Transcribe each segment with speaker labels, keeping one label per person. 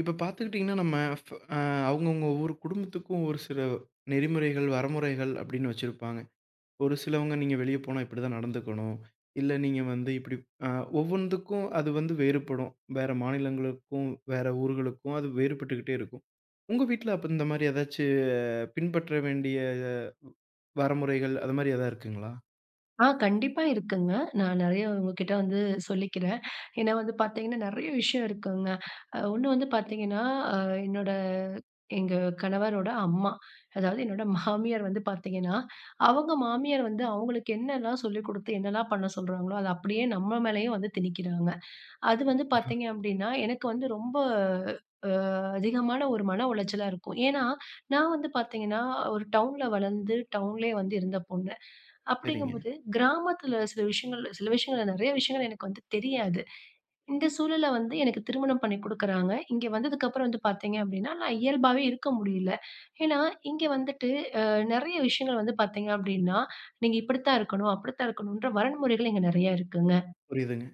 Speaker 1: இப்ப பார்த்துக்கிட்டிங்கன்னா, நம்ம ஃப அ அவங்கவங்க ஒவ்வொரு குடும்பத்துக்கும் ஒரு சில நெறிமுறைகள், வரமுறைகள் அப்படின்னு வச்சிருப்பாங்க. ஒரு சிலவங்க நீங்க வெளிய போனா இப்படிதான் நடந்துக்கணும். இல்ல நீங்க வந்து இப்படி அ ஒவ்வொன்துக்கும் அது வந்து வேறுபடும். வேற மாநிலங்களுக்கும், வேற ஊர்களுக்கும் அது வேறுபட்டுக்கிட்டே இருக்கும். உங்க வீட்ல அப்ப இந்த மாரி ஏதாச்சும் பின்பற்ற வேண்டிய வ வரமுறைகள் அது மாரி எதா இருக்குங்களா?
Speaker 2: ஆ, கண்டிப்பா இருக்குங்க. நான் நெறைய உங்ககிட்ட வந்து சொல்லிக்கிறேன். ஏன்னா வந்து பார்த்தீங்கன்னா, நெறைய விஷயம் இருக்குங்க. ஒண்ணு வந்து பார்த்தீங்கன்னா, அ என்னோட எங்க கணவரோட அம்மா. அதாவது என்னோட மாமியார் வந்து பார்த்தீங்கன்னா, அவங்க மாமியார் வந்து அவங்களுக்கு என்னெல்லாம் சொல்லிக் குடுத்து என்னெல்லாம் பண்ண சொல்றாங்களோ, அத அப்படியே நம்ம மேலயும் வந்து திணிக்கிறாங்க. அது வந்து பார்த்தீங்க அப்படின்னா, எனக்கு வந்து ரொம்ப அ அதிகமான ஒரு மன உளைச்சலா இருக்கும். ஏன்னா, நான் வந்து பார்த்தீங்கன்னா, ஒரு டவுன்ல வளர்ந்து, டவுன்லேயே வந்து இருந்த பொண்ணு.
Speaker 1: சரிங்க.
Speaker 2: அப்படிங்கும்போது, கிராமத்துல சில விஷயங்கள் சில விஷயங்கள் நெறைய விஷயங்கள் எனக்கு வந்து தெரியாது. இந்த சூழல்ல வந்து எனக்கு திருமணம் பண்ணி குடுக்குறாங்க. இங்க வந்ததுக்கப்புறம் வந்து பார்த்தீங்க அப்படின்னா, நான் இயல்பாவே இருக்க முடியல. ஏன்னா, இங்க வந்துட்டு நெறைய விஷயங்கள் வந்து பார்த்தீங்க அப்படின்னா, நீங்க இப்படித்தான் இருக்கணும், அப்படித்தான் இருக்கணுன்ற வரன்முறைகள் இங்க நெறைய இருக்குங்க.
Speaker 1: புரியுதுங்க.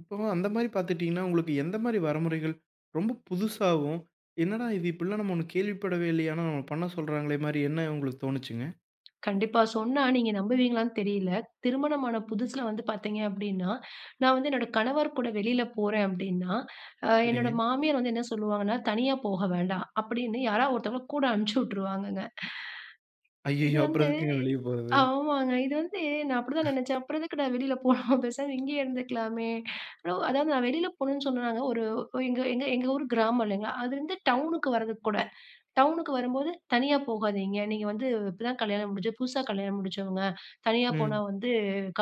Speaker 1: இப்போ அந்த மாரி பார்த்துட்டீங்கன்னா, உங்களுக்கு எந்த மாரி வரைமுறைகள் ரொம்ப புதுசாவும், என்னடா இது இப்படிலாம் நம்ம ஒண்ணு கேள்விப்படவே இல்லையே! ஆனா நம்ம பண்ண சொல்றாங்களே மாரி என்ன உங்களுக்கு தோணுச்சுங்க?
Speaker 2: கண்டிப்பா. சொன்னா நீங்க நம்புவீங்களான்னு தெரியல. திருமணமான புதுசுல வந்து பார்த்தீங்க அப்டின்னா, நான் வந்து என்னோட கணவர் கூட வெளில போறேன் அப்டின்னா, என்னோட
Speaker 1: சரிங்க.
Speaker 2: மாமியார் வந்து என்ன சொல்லுவாங்கன்னா, "தனியா போக வேண்டாம்" அப்டின்னு யாராவது ஒருத்தவங்கள கூட அனுப்பிச்சு விட்டுருவாங்கங்க. இது
Speaker 1: ஐய்யயோ!
Speaker 2: வந்து
Speaker 1: அப்புறம் எதுக்குங்க வெளிய போறது?
Speaker 2: ஆமாங்க. இது வந்து நான் அப்டிதான் நெனச்சேன். அப்புறம் எதுக்கு நான் வெளில போணும்? பேசாம இங்கேயே இருந்துக்கலாமே. ஆனா, அதாவது நான் வெளில போணும்னு சொன்னாங்க. ஒரு எங்க எங்க எங்க ஊர் கிராமம் இல்லைங்களா? அதுலருந்து டவுனுக்கு வர்றதுக்கு கூட. டவுனுக்கு வரும்போது தனியா போகாதீங்க. நீங்க வந்து இப்பதான் கல்யாணம் முடிஞ்சு புதுசா கல்யாணம் முடிச்சவங்க. தனியா போனா
Speaker 1: ம்.
Speaker 2: வந்து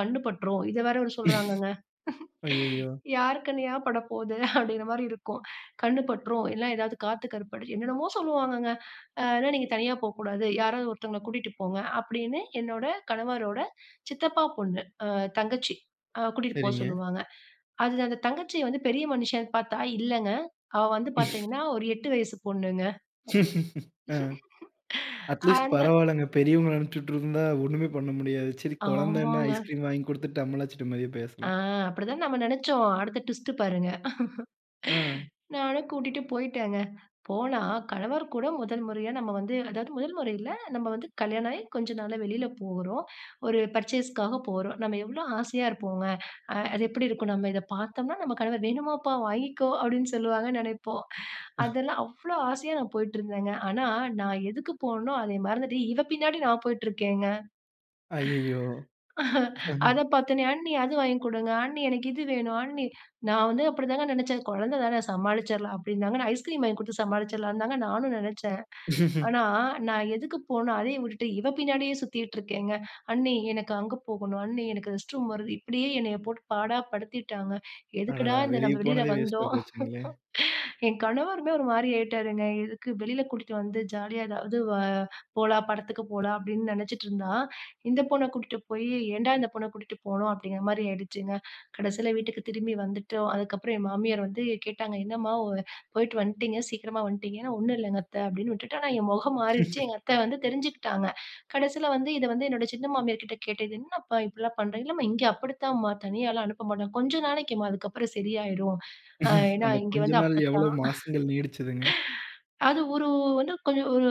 Speaker 2: கண்ணு பட்டுரும். இத வேற ஒரு சொல்றாங்கங்க.
Speaker 1: ஐய்யயோ!
Speaker 2: யார் கண்ணுயா படப்போது அப்படிங்கிற மாரி இருக்கும். கண்ணு பட்டுரும். இல்லனா ஏதாவது காத்து கருப்படிச்சு என்னென்னமோ சொல்லுவாங்கங்க. ஆனா நீங்க தனியா போக்கூடாது. யாராவது ஒருத்தவங்கள கூட்டிட்டு போங்க அப்படின்னு என்னோட கணவரோட சித்தப்பா பொண்ணு தங்கச்சி கூட்டிட்டு போ
Speaker 1: சரிங்க.
Speaker 2: சொல்லுவாங்க. அது அந்த தங்கச்சி வந்து பெரிய மனுஷன்னு பார்த்தா இல்லங்க. அவ வந்து பார்த்தீங்கன்னா ஒரு 8 வயசு பொண்ணுங்க.
Speaker 1: ஆ. அட்லீஸ்ட்
Speaker 2: அந்த
Speaker 1: பரவால்லங்க. பெரியவங்கள அனுப்பிச்சுட்டு இருந்தா ஒண்ணுமே பண்ண முடியாது. சரி குழந்தைன்னா
Speaker 2: ஆமாங்க.
Speaker 1: ஐஸ்கிரீம் வாங்கி குடுத்துட்டு அம்மலாச்சிட்டு மாரியே
Speaker 2: ஆ
Speaker 1: பேசலாம்.
Speaker 2: அப்படிதான் நம்ம நெனச்சோம். அடுத்த ட்விஸ்ட் பாருங்க.
Speaker 1: ஆ.
Speaker 2: நானும் கூட்டிட்டு போயிட்டேங்க. போனா கணவர் கூட முதல் முறையா நம்ம வந்து அதாவது முதல் முறை இல்ல. நம்ம வந்து கல்யாணம் ஆகி கொஞ்ச நாள்ல வெளியில போறோம். ஒரு பர்ச்சேஸ்க்காக போறோம். நம்ம எவ்ளோ ஆசையா இருப்போங்க. அது எப்படி இருக்கும்? நம்ம இத பார்த்தோம்னா நம்ம கணவர் "வேணுமாப்பா வாங்கிக்கோ" அப்படின்னு சொல்லுவாங்கன்னு நெனைப்போம். அதெல்லாம் அவ்ளோ ஆசையா நான் போயிட்டுருந்தேங்க. ஆனா நான் எதுக்கு போனனோ அதை மறந்துட்டு இவ பின்னாடி நான் போயிட்டுருக்கேங்க.
Speaker 1: ஐய்யயோ!
Speaker 2: அத பாத்தோனே, "அண்ணி அது வாங்கி குடுங்க. அண்ணி எனக்கு இது வேணும். அண்ணி." நான் வந்து அப்படிதாங்க நெனச்சேன். குழந்த தானே சமாளிச்சிரலாம் அப்படின்னாங்க. நான் ஐஸ்கிரீம் வாங்கி குடுத்து சமாளிச்சிரலாம்னு தாங்க நானும் நெனச்சேன். ஆனா, நான் எதுக்கு போனோ அதையும் விட்டுட்டு இவ பின்னாடியே சுத்திட்டு இருக்கேங்க. "அண்ணி எனக்கு அங்க போகணும். அண்ணி எனக்கு ரெஸ்ட் ரூம் வருது." இப்படியே என்னைய போட்டு பாடா படுத்திட்டாங்க. எதுக்குடா
Speaker 1: அடடா!
Speaker 2: இந்த
Speaker 1: வெளிய
Speaker 2: நம்ம வெளியில
Speaker 1: போனதே வேஸ்ட்டா
Speaker 2: வந்தோம்?
Speaker 1: போச்சுங்களே!
Speaker 2: என் கணவருமே ஒரு மாரி ஆயிட்டாருங்க. எதுக்கு வெளியில கூட்டிட்டு வந்து ஜாலியா ஏதாவது போலாம், படத்துக்கு போலாம் அப்படின்னு நெனச்சிட்டு இருந்தான். இந்த பொண்ண கூட்டிட்டு போயி, ஏன்டா இந்த பொண்ண கூட்டிட்டு போனோம்? அப்படிங்கிற மாரி ஆயிடுச்சுங்க. கடைசியில வீட்டுக்கு திரும்பி வந்துட்டோம். அதுக்கப்புறம் என் மாமியார் வந்து கேட்டாங்க, "என்னம்மா போயிட்டு வந்துட்டீங்க, சீக்கிரமா வந்துட்டீங்க." நான் "ஒண்ணும் இல்லைங்க அத்தை" அப்படின்னு விட்டுட்டேன். ஆனா என் முகம் மாறிடுச்சு. எங்க அத்தை வந்து தெரிஞ்சுக்கிட்டாங்க. கடைசியில வந்து இத வந்து என்னோட சின்ன மாமியார் கிட்ட கேட்டேன். "இது என்னப்பா இப்படிலாம் பண்றீங்க?" "இல்லம்மா இங்க அப்படித்தாம்மா, தனியாலாம் அனுப்ப மாட்டாங்க. கொஞ்ச நாளைக்கும்மா, அதுக்கப்புறம் சரியாயிரும். ஏன்னா
Speaker 1: அந்த
Speaker 2: இங்க
Speaker 1: கொஞ்ச
Speaker 2: வந்து
Speaker 1: நாள் எவ்வளோ
Speaker 2: அப்படித்தான்."
Speaker 1: மாசங்கள் நீடிச்சதுங்க.
Speaker 2: அது ஒரு வந்து கொஞ்சம் ஒரு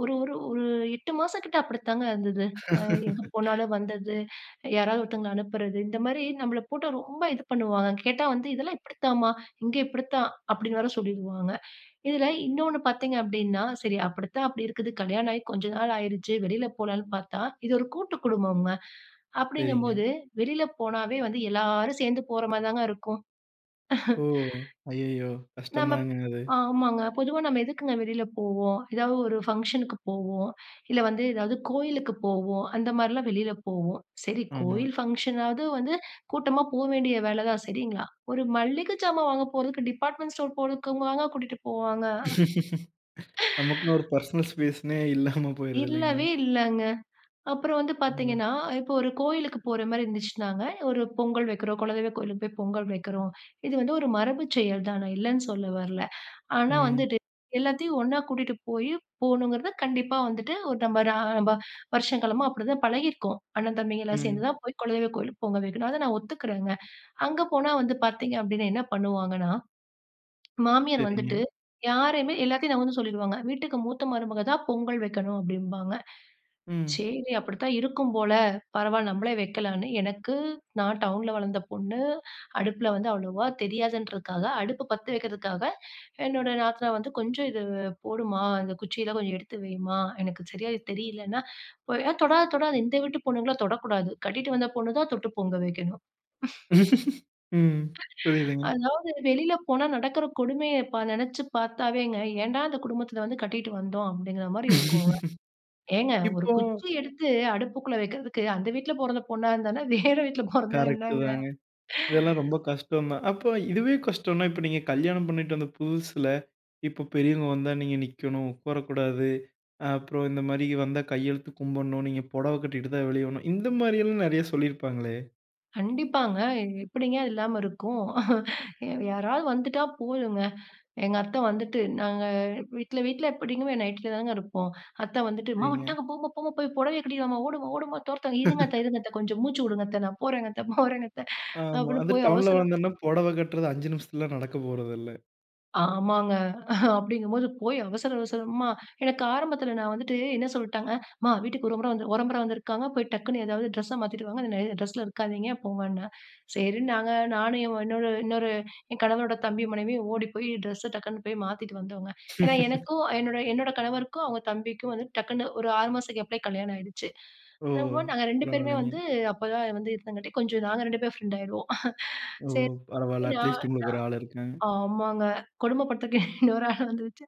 Speaker 2: ஒரு ஒரு ஒரு 8 மாசம் கிட்ட அப்படித்தாங்க இருந்தது. அ எங்க போனாலும் வந்தது, யாராவது ஒருத்தங்கள அனுப்புறது, இந்த மாரி நம்மள போட்டு ரொம்ப இது பண்ணுவாங்க. கேட்டா வந்து, "இதெல்லாம் இப்படித்தாம்மா, இங்க இப்படித்தான்" அப்படின்னு வேற சொல்லிடுவாங்க. இதுல இன்னொன்னு பார்த்தீங்க அப்படின்னா, சரி அப்படி இருக்குது. கல்யாணம் ஆகி கொஞ்ச நாள் ஆயிருச்சு. வெளியில போலான்னு பார்த்தா, இது ஒரு கூட்டு குடும்பம்ங்க.
Speaker 1: சரிங்க.
Speaker 2: அப்படிங்கும்போது வெளியில போனாவே வந்து எல்லாரும் சேர்ந்து போற மாரி தாங்க இருக்கும்.
Speaker 1: ஓ! அய்யய்யோ!
Speaker 2: நம்ம
Speaker 1: கஷ்டம்தாங்க அது.
Speaker 2: ஆமாங்க. பொதுவா நம்ம எதுக்குங்க வெளியில போவோம்? ஏதாவது ஒரு ஃபங்ஷனுக்கு போவோம். இல்ல வந்து ஏதாவது கோயிலுக்கு போவோம். அந்த மாரிலாம் வெளியில போவோம். சரி
Speaker 1: ஆமா.
Speaker 2: கோயில் ஃபங்ஷனாவது வந்து கூட்டமா போ வேண்டிய வேல தான் சரிங்களா? ஒரு மளிகை ஜாமான் வாங்க போறதுக்கு டிபார்ட்மெண்ட் ஸ்டோர் போறதுக்குவாங்க கூட்டிட்டு போவாங்க.
Speaker 1: நமக்குன்னு ஒரு பர்சனல் ஸ்பேஸ்ன்னே இல்லாம போயிருது இல்லைங்களா?
Speaker 2: இல்லவே இல்லங்க. அப்புறம் வந்து
Speaker 1: ஆமா.
Speaker 2: பார்த்தீங்கன்னா, இப்போ ஒரு கோயிலுக்கு போற மாரி இருந்துச்சுன்னாங்க, ஒரு பொங்கல் வைக்கிறோம், குலதெய்வ கோயிலுக்கு போய் பொங்கல் வைக்கிறோம். இது வந்து ஒரு மரபு செயல் தான். நான் இல்லன்னு சொல்ல வரல. ஆனா
Speaker 1: ம்,
Speaker 2: வந்துட்டு, எல்லாத்தையும் ஒண்ணா கூட்டிட்டு போயி போணுங்கிறது கண்டிப்பா வந்துட்டு ஒரு நம்ம ரா நம்ப வருஷங்காலமா அப்படிதான் பழகியிருக்கோம். அண்ணன் தம்பிங்க எல்லாம்
Speaker 1: ம்.
Speaker 2: சேர்ந்து தான் போய் குலதெய்வ கோயிலுக்கு பொங்க வைக்கணும். அத நான் ஒத்துக்கிறேங்க. அங்க போனா வந்து பார்த்தீங்க அப்படின்னா என்ன பண்ணுவாங்கன்னா, மாமியார்
Speaker 1: சரிங்க.
Speaker 2: வந்துட்டு யாரையுமே எல்லாத்தையும் நான் வந்து சொல்லிருவாங்க. வீட்டுக்கு மூத்த மருமக தான் பொங்கல் வைக்கணும் அப்படிம்பாங்க.
Speaker 1: ம்.
Speaker 2: சரி, அப்படித்தான் இருக்கும் போல. பரவால்ல நம்மளே வைக்கலான்னு. எனக்கு நான் டவுன்ல வளர்ந்த பொண்ணு. அடுப்புல வந்து அவ்வளவா தெரியாதுன்றதுக்காக, அடுப்பு பத்த வைக்கிறதுக்காக என்னோட நாத்தனார் வந்து, "கொஞ்சம் இது போடுமா, இந்த குச்சியெல்லாம் கொஞ்சம் எடுத்து வைம்மா. எனக்கு சரியா இது தெரியலன்னா." "போ ஏன் தொடாத தொடாத, இந்த வீட்டு பொண்ணுங்கலாம் தொடக்கூடாது. கட்டிட்டு வந்த பொண்ணு தான் தொட்டு பொங்க வைக்கணும்."
Speaker 1: ம். புரியுதுங்க.
Speaker 2: அதாவது வெளியில போனா நடக்கிற கொடுமைய பா நெனச்சு பார்த்தாவேங்க, ஏன்டா இந்த குடும்பத்துல வந்து கட்டிட்டு வந்தோம் அப்படிங்கிற மாரி இருக்குங்க. ஏங்க ஒரு
Speaker 1: இப்போ
Speaker 2: குச்சி எடுத்து அடுப்புக்குள்ள வைக்கிறதுக்கு, அந்த வீட்ல பொறந்த பொண்ணா இருந்தான்னா, வேற வீட்ல பொறந்தா
Speaker 1: கரெக்ட்டு
Speaker 2: என்னங்க?
Speaker 1: தாங்க. இதெல்லாம் ரொம்ப கஷ்டம் தான். அப்போ இதுவே கஷ்டம்னா, இப்ப நீங்க கல்யாணம் பண்ணிட்டு வந்த புதுசுல, இப்போ பெரியவங்க வந்தா நீங்க நிக்கணும், உட்காரக்கூடாது. அப்புறம் இந்த மாரி வந்தா கையெழுத்து கும்பிடணும், நீங்க புடவை கட்டிட்டு தான் வெளிய வரணும். இந்த மாரியெல்லாம் நெறைய சொல்லியிருப்பாங்களே?
Speaker 2: கண்டிப்பாங்க. எப்படிங்க அது இல்லாம இருக்கும்? யாராவது வந்துட்டா போதுங்க. எங்க அத்தை வந்துட்டு, நாங்க வீட்ல வீட்ல எப்படிங்குமே நைட்ல தாங்க இருப்போம். அத்தை வந்துட்டு, "அம்மா
Speaker 1: சரிங்க.
Speaker 2: வந்துட்டாங்க போம்மா, போம்மா போய் புடவைய கட்டிடுவாம்மா, ஓடும்மா, ஓடும்மா தொரத்தாங்க." "இருங்க அத்தை, இருங்க அத்தை, கொஞ்சம் மூச்சு விடுங்க அத்தை, நான் போறேங்க அத்தை, போறேங்க அத்தை."
Speaker 1: ஆமா.
Speaker 2: அப்படின்னு
Speaker 1: அது
Speaker 2: போய்
Speaker 1: டவுன்ல
Speaker 2: அவசரம்
Speaker 1: வளர்ந்தோம்னா, புடவை கட்டுறது 5 நிமிஷத்துல நடக்க போறதில்ல.
Speaker 2: ஆமாங்க. அப்படிங்கும்போது போய் அவசர அவசரமா எனக்கு ஆரம்பத்தில நான் வந்துட்டு என்ன சொல்லிட்டாங்க, "அம்மா வீட்டுக்கு ஒரு முறை வந்து ஒரு முறை வந்திருக்காங்க. போய் டக்குன்னு ஏதாவது ட்ரெஸ்ஸ மாத்திட்டு வாங்க. அந்த ட்ரெஸ்ல இருக்காதீங்க போங்கன்னேன்." சரின்னு நாங்க நானும் என் என்னோட இன்னொரு என் கணவரோட தம்பி மனைவியும் ஓடி போய் ட்ரெஸ்ஸ டக்குன்னு போய் மாத்திட்டு வந்தோங்க. ஏன்னா எனக்கும் என்னோட என்னோட கணவருக்கும் அவங்க தம்பிக்கும் வந்து டக்குன்னு ஒரு 6 மாசம் கேப்லயே கல்யாணம் ஆயிடுச்சு.
Speaker 1: ஓ!
Speaker 2: என்னமோ நாங்க 2 பேருமே
Speaker 1: பரவாயில்லைங்க.
Speaker 2: வந்து அப்பதான் வந்து இருந்தங்காட்டி கொஞ்சம் நாங்க 2 பேரும் ஃப்ரெண்ட் ஆயிடுவோம்.
Speaker 1: ஓ!
Speaker 2: சரி போய்
Speaker 1: பரவால்ல.
Speaker 2: நான்
Speaker 1: அட்லீஸ்ட் உங்களுக்கு ஒரு ஆள் இருக்காங்க.
Speaker 2: ஆமாங்க. கொடுமைப்படுத்துறதுக்கு இன்னொரு ஆள் வந்துருச்சு.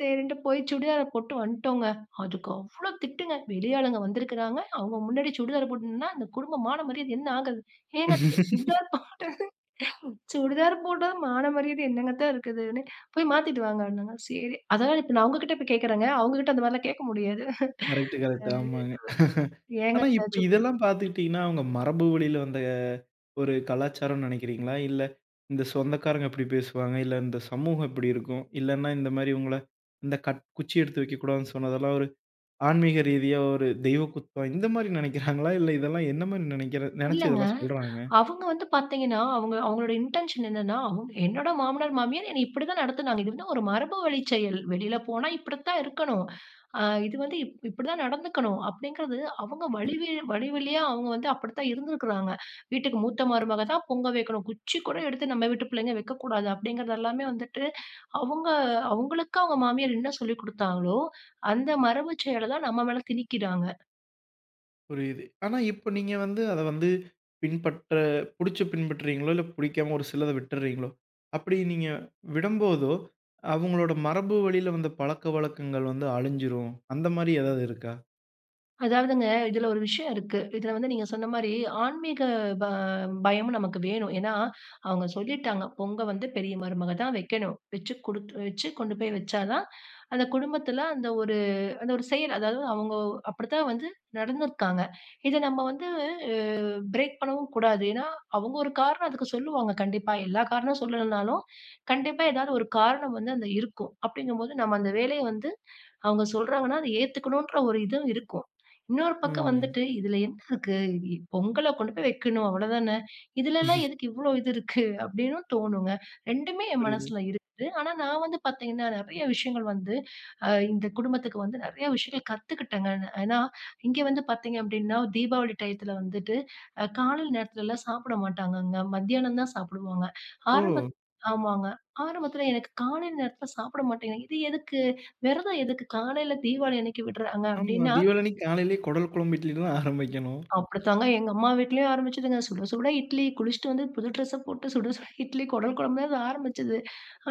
Speaker 2: சரின்ட்டு போய் சுடிதார போட்டு வந்துட்டோங்க. அதுக்கு அவ்ளோ திட்டுங்க. வெளி ஆளுங்க வந்திருக்கிறாங்க. அவங்க முன்னாடி சுடிதார் போட்டு நின்னா, அந்த குடும்ப மான மரியாதை என்ன ஆகுறது? ஏங்க அத்த சுடிதார் போட்டது சுடிதார் போட்டா மான மரியாதை என்னங்கத்த இருக்குதுன்னு, போய் மாத்திட்டு வாங்கன்னாங்க. சரி. அதனால இப்ப நான் உங்ககிட்ட இப்ப கேட்கிறேங்க. அவங்ககிட்ட அந்த மாரிலாம் கேட்க முடியாது.
Speaker 1: Correct, correct. ஆமாங்க.
Speaker 2: ஏங்க
Speaker 1: ஆனா
Speaker 2: அத்த
Speaker 1: இப்ப
Speaker 2: சுடிதார்
Speaker 1: இதெல்லாம் பார்த்துக்கிட்டீங்கன்னா, அவங்க மரபு வழியில வந்த ஒரு கலாச்சாரம்னு நினைக்கிறீங்களா? இல்ல இந்த சொந்தக்காரங்க இப்படி பேசுவாங்க, இல்ல இந்த சமூகம் இப்படி இருக்கும், இல்லன்னா இந்த மாரி உங்கள இந்த கட் குச்சி எடுத்து வைக்கக்கூடாதுன்னு சொன்னதெல்லாம் ஒரு ஆன்மீக ரீதியா ஒரு தெய்வ குத்தம் இந்த மாரி நினைக்கிறாங்களா? இல்ல இதெல்லாம் என்ன மாரி நினைக்கிற நினைச்சு
Speaker 2: இல்லங்க.
Speaker 1: இதெல்லாம் சொல்றாங்க?
Speaker 2: அவங்க வந்து பார்த்தீங்கன்னா, அவங்களோட இன்டென்ஷன் என்னன்னா, அவங்க என்னோட மாமனார், மாமியார் என்னை இப்படிதான் நடத்துனாங்க. இது வந்து ஒரு மரபு வழி செயல். வெளியில போனா இப்படித்தான் இருக்கணும். அ இது வந்து இப் இப்படிதான் நடந்துக்கணும் அப்படிங்கிறது அவங்க வழி வழியா அவங்க வந்து அப்படித்தான் இருந்திருக்கிறாங்க. வீட்டுக்கு மூத்த மருமக தான் பொங்க வைக்கணும். குச்சி கூட எடுத்து நம்ம வீட்டு பிள்ளைங்க வைக்கக்கூடாது அப்படிங்கிறது எல்லாமே வந்துட்டு, அவங்க அவங்களுக்கு அவங்க மாமியார் என்ன சொல்லிக் குடுத்தாங்களோ, அந்த மரபு செயல தான் நம்ம மேல திணிக்கிறாங்க.
Speaker 1: புரியுது. ஆனா இப்ப நீங்க வந்து அத வந்து பின்பற்ற புடிச்சு பின்பற்றுறீங்களோ, இல்ல புடிக்காம ஒரு சிலத விட்டுறீங்களோ? அப்படி நீங்க விடம்போதோ, அவங்களோட மரபு வழியில வந்த பழக்கவழக்கங்கள் வந்து அழிஞ்சிரும். அந்த மாரி ஏதாவது இருக்கா?
Speaker 2: அதாவதுங்க, இதுல ஒரு விஷயம் இருக்கு. இதுல வந்து நீங்க சொன்ன மாரி ஆன்மீக ப பயமும் நமக்கு வேணும். ஏன்னா, அவங்க சொல்லிட்டாங்க, பொங்க வந்து பெரிய மருமக தான் வைக்கணும். வச்சு குடுத்து வச்சு கொண்டு போய் வச்சா தான், அந்த குடும்பத்துல அந்த ஒரு செயல், அதாவது அவங்க அப்படித்தான் வந்து நடந்திருக்காங்க. இத நம்ம வந்து பிரேக் பண்ணவும் கூடாது. ஏன்னா, அவங்க ஒரு காரணம் அதுக்கு சொல்லுவாங்க கண்டிப்பா. எல்லா காரணம் சொல்லலனாலும், கண்டிப்பா ஏதாவது ஒரு காரணம் வந்து அந்த இருக்கும். அப்படிங்கும்போது, நம்ம அந்த வேலைய வந்து அவங்க சொல்றாங்கன்னா, அத ஏத்துக்கணுன்ற ஒரு இதுவும் இருக்கும். இன்னொரு பக்கம்
Speaker 1: ம்.
Speaker 2: வந்துட்டு, "இதுல என்ன இருக்கு? பொங்கல கொண்டு போய் வைக்கணும், அவ்வளதானே. இதுலலாம் எதுக்கு இவ்ளோ இது இருக்கு?" அப்படின்னு தோணுங்க. 2மே என்
Speaker 1: புரியுது.
Speaker 2: மனசுல இருக்குது. ஆனா, நான் வந்து பார்த்தீங்கன்னா, நெறைய விஷயங்கள் வந்து இந்த குடும்பத்துக்கு வந்து நெறைய விஷயங்கள் கத்துக்கிட்டேங்க. ஏன்னா, இங்க வந்து பார்த்தீங்க அப்படின்னா, தீபாவளி டயத்துல வந்துட்டு காலைல நேரத்துலலாம் சாப்பிட மாட்டாங்கங்க. மத்தியானம் தான் சாப்பிடுவாங்க.
Speaker 1: ஓ!
Speaker 2: ஆரம்பத் ஆமாங்க. ஆரம்பத்துல எனக்கு காலைல நேரத்துல சாப்பிட மாட்டேங்கிறாங்க. இது எதுக்கு? விரதம் எதுக்கு காலையில தீபாவளி அன்னைக்கு விடுறாங்க
Speaker 1: ஆமா.
Speaker 2: அப்டின்னா,
Speaker 1: தீபாவளி அன்னைக்கு காலையிலேயே குடல் குழம்பு இட்லில தான் ஆரம்பிக்கணும்.
Speaker 2: அப்படித்தாங்க எங்க அம்மா வீட்லயும் ஆரம்பிச்சதுங்க. சுட சுட இட்லி குளிச்சுட்டு வந்து புது ட்ரெஸ்ஸ போட்டு சுட சுட இட்லி குடல் குழம்புல அது ஆரம்பிச்சது.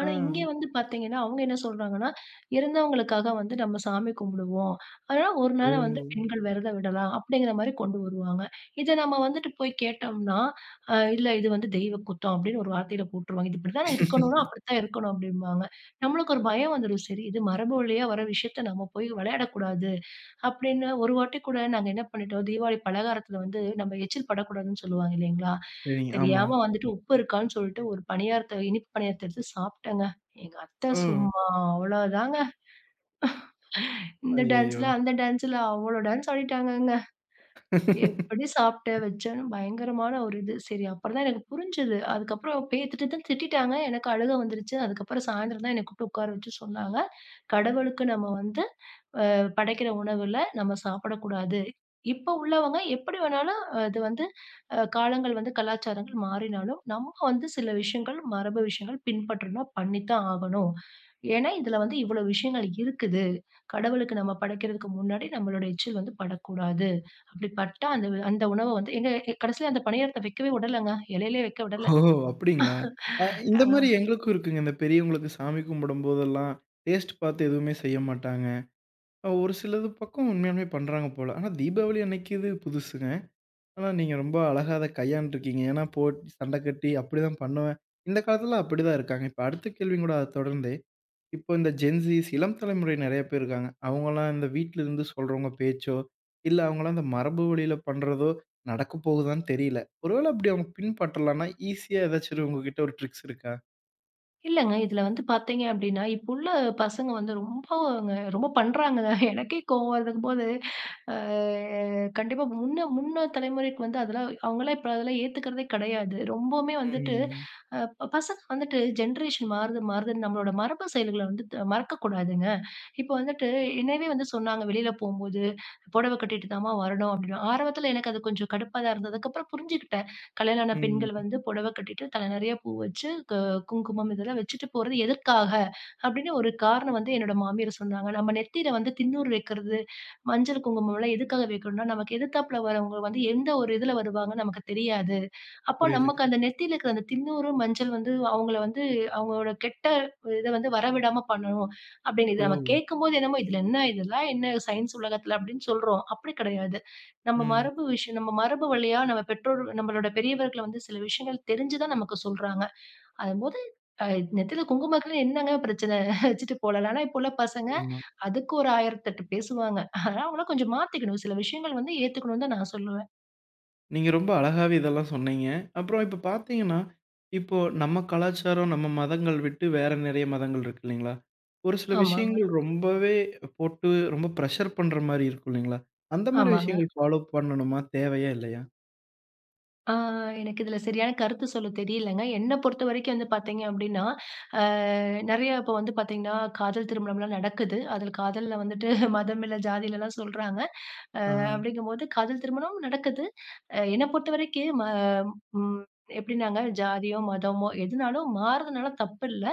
Speaker 1: ஆ.
Speaker 2: இங்க வந்து பார்த்தீங்கன்னா, அவங்க என்ன சொல்றாங்கன்னா, இறந்தவங்களுக்காக வந்து நம்ம சாமி கும்பிடுவோம். அதனால ஒரு
Speaker 1: ஓ!
Speaker 2: நேரம் வந்து பெண்கள் விரதம் விடலாம் அப்படிங்கிற மாரி கொண்டு வருவாங்க. இத நம்ம வந்துட்டு போய் கேட்டோம்னா, இல்ல இது வந்து தெய்வ குத்தம் அப்படின்னு ஒரு வார்த்தையில போட்டுருவாங்க. இது இப்படித்தானே இருக்கணும்னா அப்படித்தான் இருக்கணும் அப்படிம்பாங்க. நம்மளுக்கு ஒரு பயம் வந்துரும். சரி இது மரபு வழியா வர விஷயத்த நம்ம போய் விளையாடக்கூடாது. அப்படின்னு ஒரு வாட்டி கூட நாங்க என்ன பண்ணிட்டோம், தீபாவளி பலகாரத்துல வந்து நம்ம எச்சில் படக்கூடாதுன்னு சொல்லுவாங்க இல்லைங்களா?
Speaker 1: சரிங்க. ஆமா.
Speaker 2: தெரியாம வந்துட்டு உப்பு இருக்கான்னு சொல்லிட்டு ஒரு பணியாரத்த இனிப்பு பணியாரத்த எடுத்து சாப்பிட்டேங்க. எங்க அத்தை
Speaker 1: ஓ!
Speaker 2: சும்மா அவ்வளோதாங்க. இந்த
Speaker 1: ஐயய்யோ!
Speaker 2: டான்ஸ்ல, அந்த டான்ஸ்ல அவ்வளோ டான்ஸ் ஆடிட்டாங்கங்க. எப்படி சாப்பிட்ட, வச்சேன்னு பயங்கரமான ஒரு இது. சரி அப்புறம் தான் எனக்கு புரிஞ்சது. அதுக்கப்புறம் பேய் திட்டு திட்டுன்னு திட்டிட்டாங்க. எனக்கு அழுகை வந்துருச்சு. அதுக்கப்புறம் சாயந்தரம் தான் என்ன கூப்பிட்டு உட்கார வச்சு சொன்னாங்க. கடவுளுக்கு நம்ம வந்து படைக்கிற உணவுல நம்ம சாப்பிடக்கூடாது. இப்ப உள்ளவங்க எப்படி வேணாலும் அது வந்து காலங்கள் வந்து கலாச்சாரங்கள் மாறினாலும், நம்ம வந்து சில விஷயங்கள், மரபு விஷயங்கள் பின்பற்றணும், பண்ணித்தான் ஆகணும். ஏன்னா, இதுல வந்து இவ்வளவு விஷயங்கள் இருக்குது. கடவுளுக்கு நம்ம படைக்கிறதுக்கு முன்னாடி நம்மளோட எச்சில் வந்து படக்கூடாது. அப்படி பட்டா அந்த அந்த உணவ வந்து கடைசியில அந்த பணியாரத்த வைக்கவே விடலங்க. இலையிலயே வைக்க விடல.
Speaker 1: ஓ! அப்படிங்களா?
Speaker 2: அ
Speaker 1: இந்த மாரி எங்களுக்கும் இருக்குங்க. இந்த பெரியவங்களுக்கு சாமி கும்பிடும்போதெல்லாம், டேஸ்ட் பார்த்து எதுவுமே செய்ய மாட்டாங்க. ஒரு சிலது பக்கம் உண்மையாலுமே பண்றாங்க போல. ஆனா தீபாவளி அன்னைக்கு இது புதுசுங்க. ஆனா நீங்க ரொம்ப அழகா அத கையாண்டுருக்கீங்க. ஏன்னா போட் சண்டை கட்டி அப்படிதான் பண்ணுவேன். இந்த காலத்துல அப்படிதான் இருக்காங்க. இப்ப அடுத்த கேள்வியும் கூட அத தொடர்ந்தே, இப்போ இந்த ஜென்ஸீஸ் இளம் தலைமுறை நெறைய பேர் இருக்காங்க. அவங்கலாம் இந்த வீட்ல இருந்து சொல்றவங்க பேச்சோ, இல்ல அவங்கலாம் இந்த மரபு வழியில பண்றதோ நடக்க போகுதான்னு தெரியல. ஒருவேள அப்படி அவங்க பின்பற்றலான்னா ஈஸியா ஏதாச்சும் உங்ககிட்ட ஒரு ட்ரிக்ஸ் இருக்கா?
Speaker 2: இல்லங்க. இதுல வந்து பாத்தீங்க அப்டின்னா, இப்போ உள்ள பசங்க வந்து ரொம்ப பண்றாங்க. எனக்கே கோவம் வருதுங்கும்போது, அ கண்டிப்பா முன்ன முன்ன தலைமுறைக்கு வந்து அதெல்லாம் அவங்கலாம் இப்ப அதெல்லாம் ஏத்துக்கிறதே கிடையாது. ரொம்பவுமே வந்துட்டு
Speaker 1: ம்.
Speaker 2: அ பசங்க வந்துட்டு ஜென்ரேஷன் மாறுது மாறுதுன்னு நம்மளோட மரபு செயல்கள வந்து மறக்கக்கூடாதுங்க. இப்போ வந்துட்டு என்னவே வந்து சொன்னாங்க வெளியில போம்போது, "புடவ கட்டிட்டு தாம்மா வரணும்" அப்டின்னு. ஆரம்பத்துல எனக்கு அது கொஞ்சம் கடுப்பா தான் இருந்தது. அதுக்கப்புறம் புரிஞ்சுக்கிட்டேன். கல்யாணம் ஆன
Speaker 1: ம்.
Speaker 2: பெண்கள் வந்து புடவ கட்டிட்டு தல நெறைய பூ வச்சு குங்குமம் இதெல்லாம் வச்சுட்டு போறது எதற்காக? அப்படின்னு ஒரு காரணம் வந்து என்னோட மாமியார் சொன்னாங்க. நம்ம நெத்தியில வந்து தின்னூறு வைக்கிறது, மஞ்சள், குங்குமம்லாம் எதுக்காக வைக்கணும்னா, நமக்கு எதிர்த்தாப்புல வரவங்க வந்து எந்த ஒரு இதுல வருவாங்கன்னு நமக்கு தெரியாது. அப்போ
Speaker 1: புரியுது.
Speaker 2: நமக்கு அந்த நெத்தியில இருக்கிற அந்த தின்னூறு, மஞ்சள் வந்து அவங்கள வந்து அவங்களோட கெட்ட இத வந்து வரவிடாம பண்ணணும். அப்படின்னு இத
Speaker 1: ஓ!
Speaker 2: நம்ம கேட்கும்போது என்னமோ இதுல என்ன இதெல்லாம் என்ன சயின்ஸ் உலகத்துல அப்படின்னு சொல்றோம். அப்படி கிடையாது. நம்ம
Speaker 1: ம்.
Speaker 2: மரபு விஷயம் நம்ம மரபு வழியா நம்ம பெற்றோர் நம்மளோட பெரியவர்கள் வந்து சில விஷயங்கள் தெரிஞ்சு தான் நமக்கு சொல்றாங்க. அதும்போது அ நெத்தில குங்குமம் வைக்கிறதுல என்னங்க பிரச்சனை? வச்சுட்டு போலாம். ஆனா, இப்போ உள்ள பசங்க
Speaker 1: ஆமா.
Speaker 2: அதுக்கு ஒரு 1008 பேசுவாங்க. அதனால அவங்கள கொஞ்சம் மாத்திக்கணும். சில விஷயங்கள் வந்து ஏத்துக்கணும்னு தான் நான் சொல்லுவேன்.
Speaker 1: நீங்க ரொம்ப அழகாவே இதெல்லாம் சொன்னீங்க. அப்புறம் இப்ப பார்த்தீங்கன்னா, இப்போ நம்ம கலாச்சாரம், நம்ம மதங்கள் விட்டு வேற நெறைய மதங்கள் இருக்கு இல்லைங்களா? ஒரு சில
Speaker 2: ஆமாங்க,
Speaker 1: விஷயங்கள் ரொம்பவே போட்டு ரொம்ப பிரஷர் பண்ற மாரி இருக்கும் இல்லைங்களா? அந்த மாரி
Speaker 2: ஆமாங்க.
Speaker 1: விஷயங்கள் ஃபாலோ பண்ணணுமா? தேவையா? இல்லையா?
Speaker 2: ஆ எனக்கு இதுல சரியான கருத்து சொல்ல தெரியலங்க. என்ன பொறுத்தவரைக்கும் வந்து பார்த்தீங்க அப்டின்னா, அ நெறைய இப்போ வந்து பார்த்தீங்கன்னா, காதல் திருமணம்லாம் நடக்குது. அதில காதல்ல வந்துட்டு மதம் இல்ல, ஜாதிலலாம் சொல்றாங்க.
Speaker 1: ஆ.
Speaker 2: அப்படிங்கும்போது காதல் திருமணம் நடக்குது. அ என்ன பொறுத்தவரைக்கும் ம ம் எப்படின்னாங்க ஜாதியோ, மதமோ எதுனாலும் மாறுறதுனால தப்பில்ல.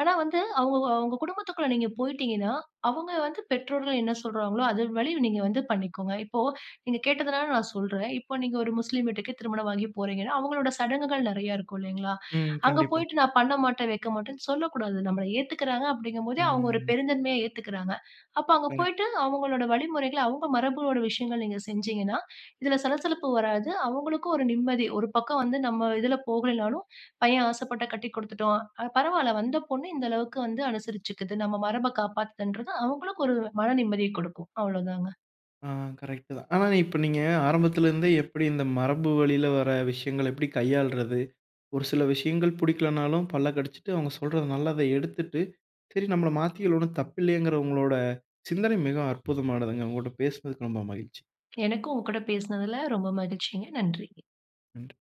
Speaker 2: ஆனா வந்து அவங்க அவங்க குடும்பத்துக்குள்ள நீங்க போயிட்டீங்கன்னா, அவங்க வந்து பெற்றோர்கள் என்ன சொல்றாங்களோ, அது வழி நீங்க வந்து பண்ணிக்கோங்க. இப்போ நீங்க கேட்டதுனால நான் சொல்றேன். இப்போ நீங்க ஒரு முஸ்லீம் வீட்டுக்கு திருமணம் ஆகி போறீங்கன்னா, அவங்களோட சடங்குகள் நெறைய இருக்கும் இல்லைங்களா?
Speaker 1: ம்.
Speaker 2: அங்க
Speaker 1: கண்டிப்பா.
Speaker 2: போயிட்டு நான் பண்ண மாட்டேன், வைக்க மாட்டேன்னு சொல்லக்கூடாது. நம்மள ஏத்துக்கிறாங்க அப்படிங்கும்போதே அவங்க ஒரு
Speaker 1: ம்.
Speaker 2: பெருந்தன்மையா ஏத்துக்கிறாங்க. அப்ப அங்க
Speaker 1: கரெக்ட்.
Speaker 2: போயிட்டு அவங்களோட வழிமுறைகள, அவங்க மரபுகளோட விஷயங்கள் நீங்க செஞ்சீங்கன்னா, இதுல சலசலப்பு வராது. அவங்களுக்கும் ஒரு நிம்மதி. ஒரு பக்கம் வந்து நம்ம இதுல போகலைனாலும், பையன் ஆசைப்பட்டா கட்டி குடுத்துட்டோம். பரவால்ல வந்த பொண்ணு இந்த அளவுக்கு வந்து அனுசரிச்சுக்குது. நம்ம மரப காப்பாத்துதுன்றது அவங்களுக்கு ஒரு மன நிம்மதிய குடுக்கும். அவ்வளோதாங்க.
Speaker 1: ஆ கரெக்ட்டு தான். ஆனா இப்ப நீங்க ஆரம்பத்துல இருந்தே எப்படி இந்த மரபு வழியில வர விஷயங்கள எப்படி கையாள்றது? ஒரு சில விஷயங்கள் பிடிக்கலனாலும் பல்ல கடிச்சுட்டு அவங்க சொல்றத நல்லத எடுத்துட்டு சரி நம்மள மாத்திக்கல ஒண்ணும் தப்பில்லையேங்கிற உங்களோட சிந்தனை மிகவும் அற்புதமானதுங்க. உங்கள்ட்ட பேசுனதுக்கு ரொம்ப மகிழ்ச்சி.
Speaker 2: எனக்கும் உங்க கூட பேசினதுல ரொம்ப மகிழ்ச்சிங்க. நன்றி.
Speaker 1: நன்றி.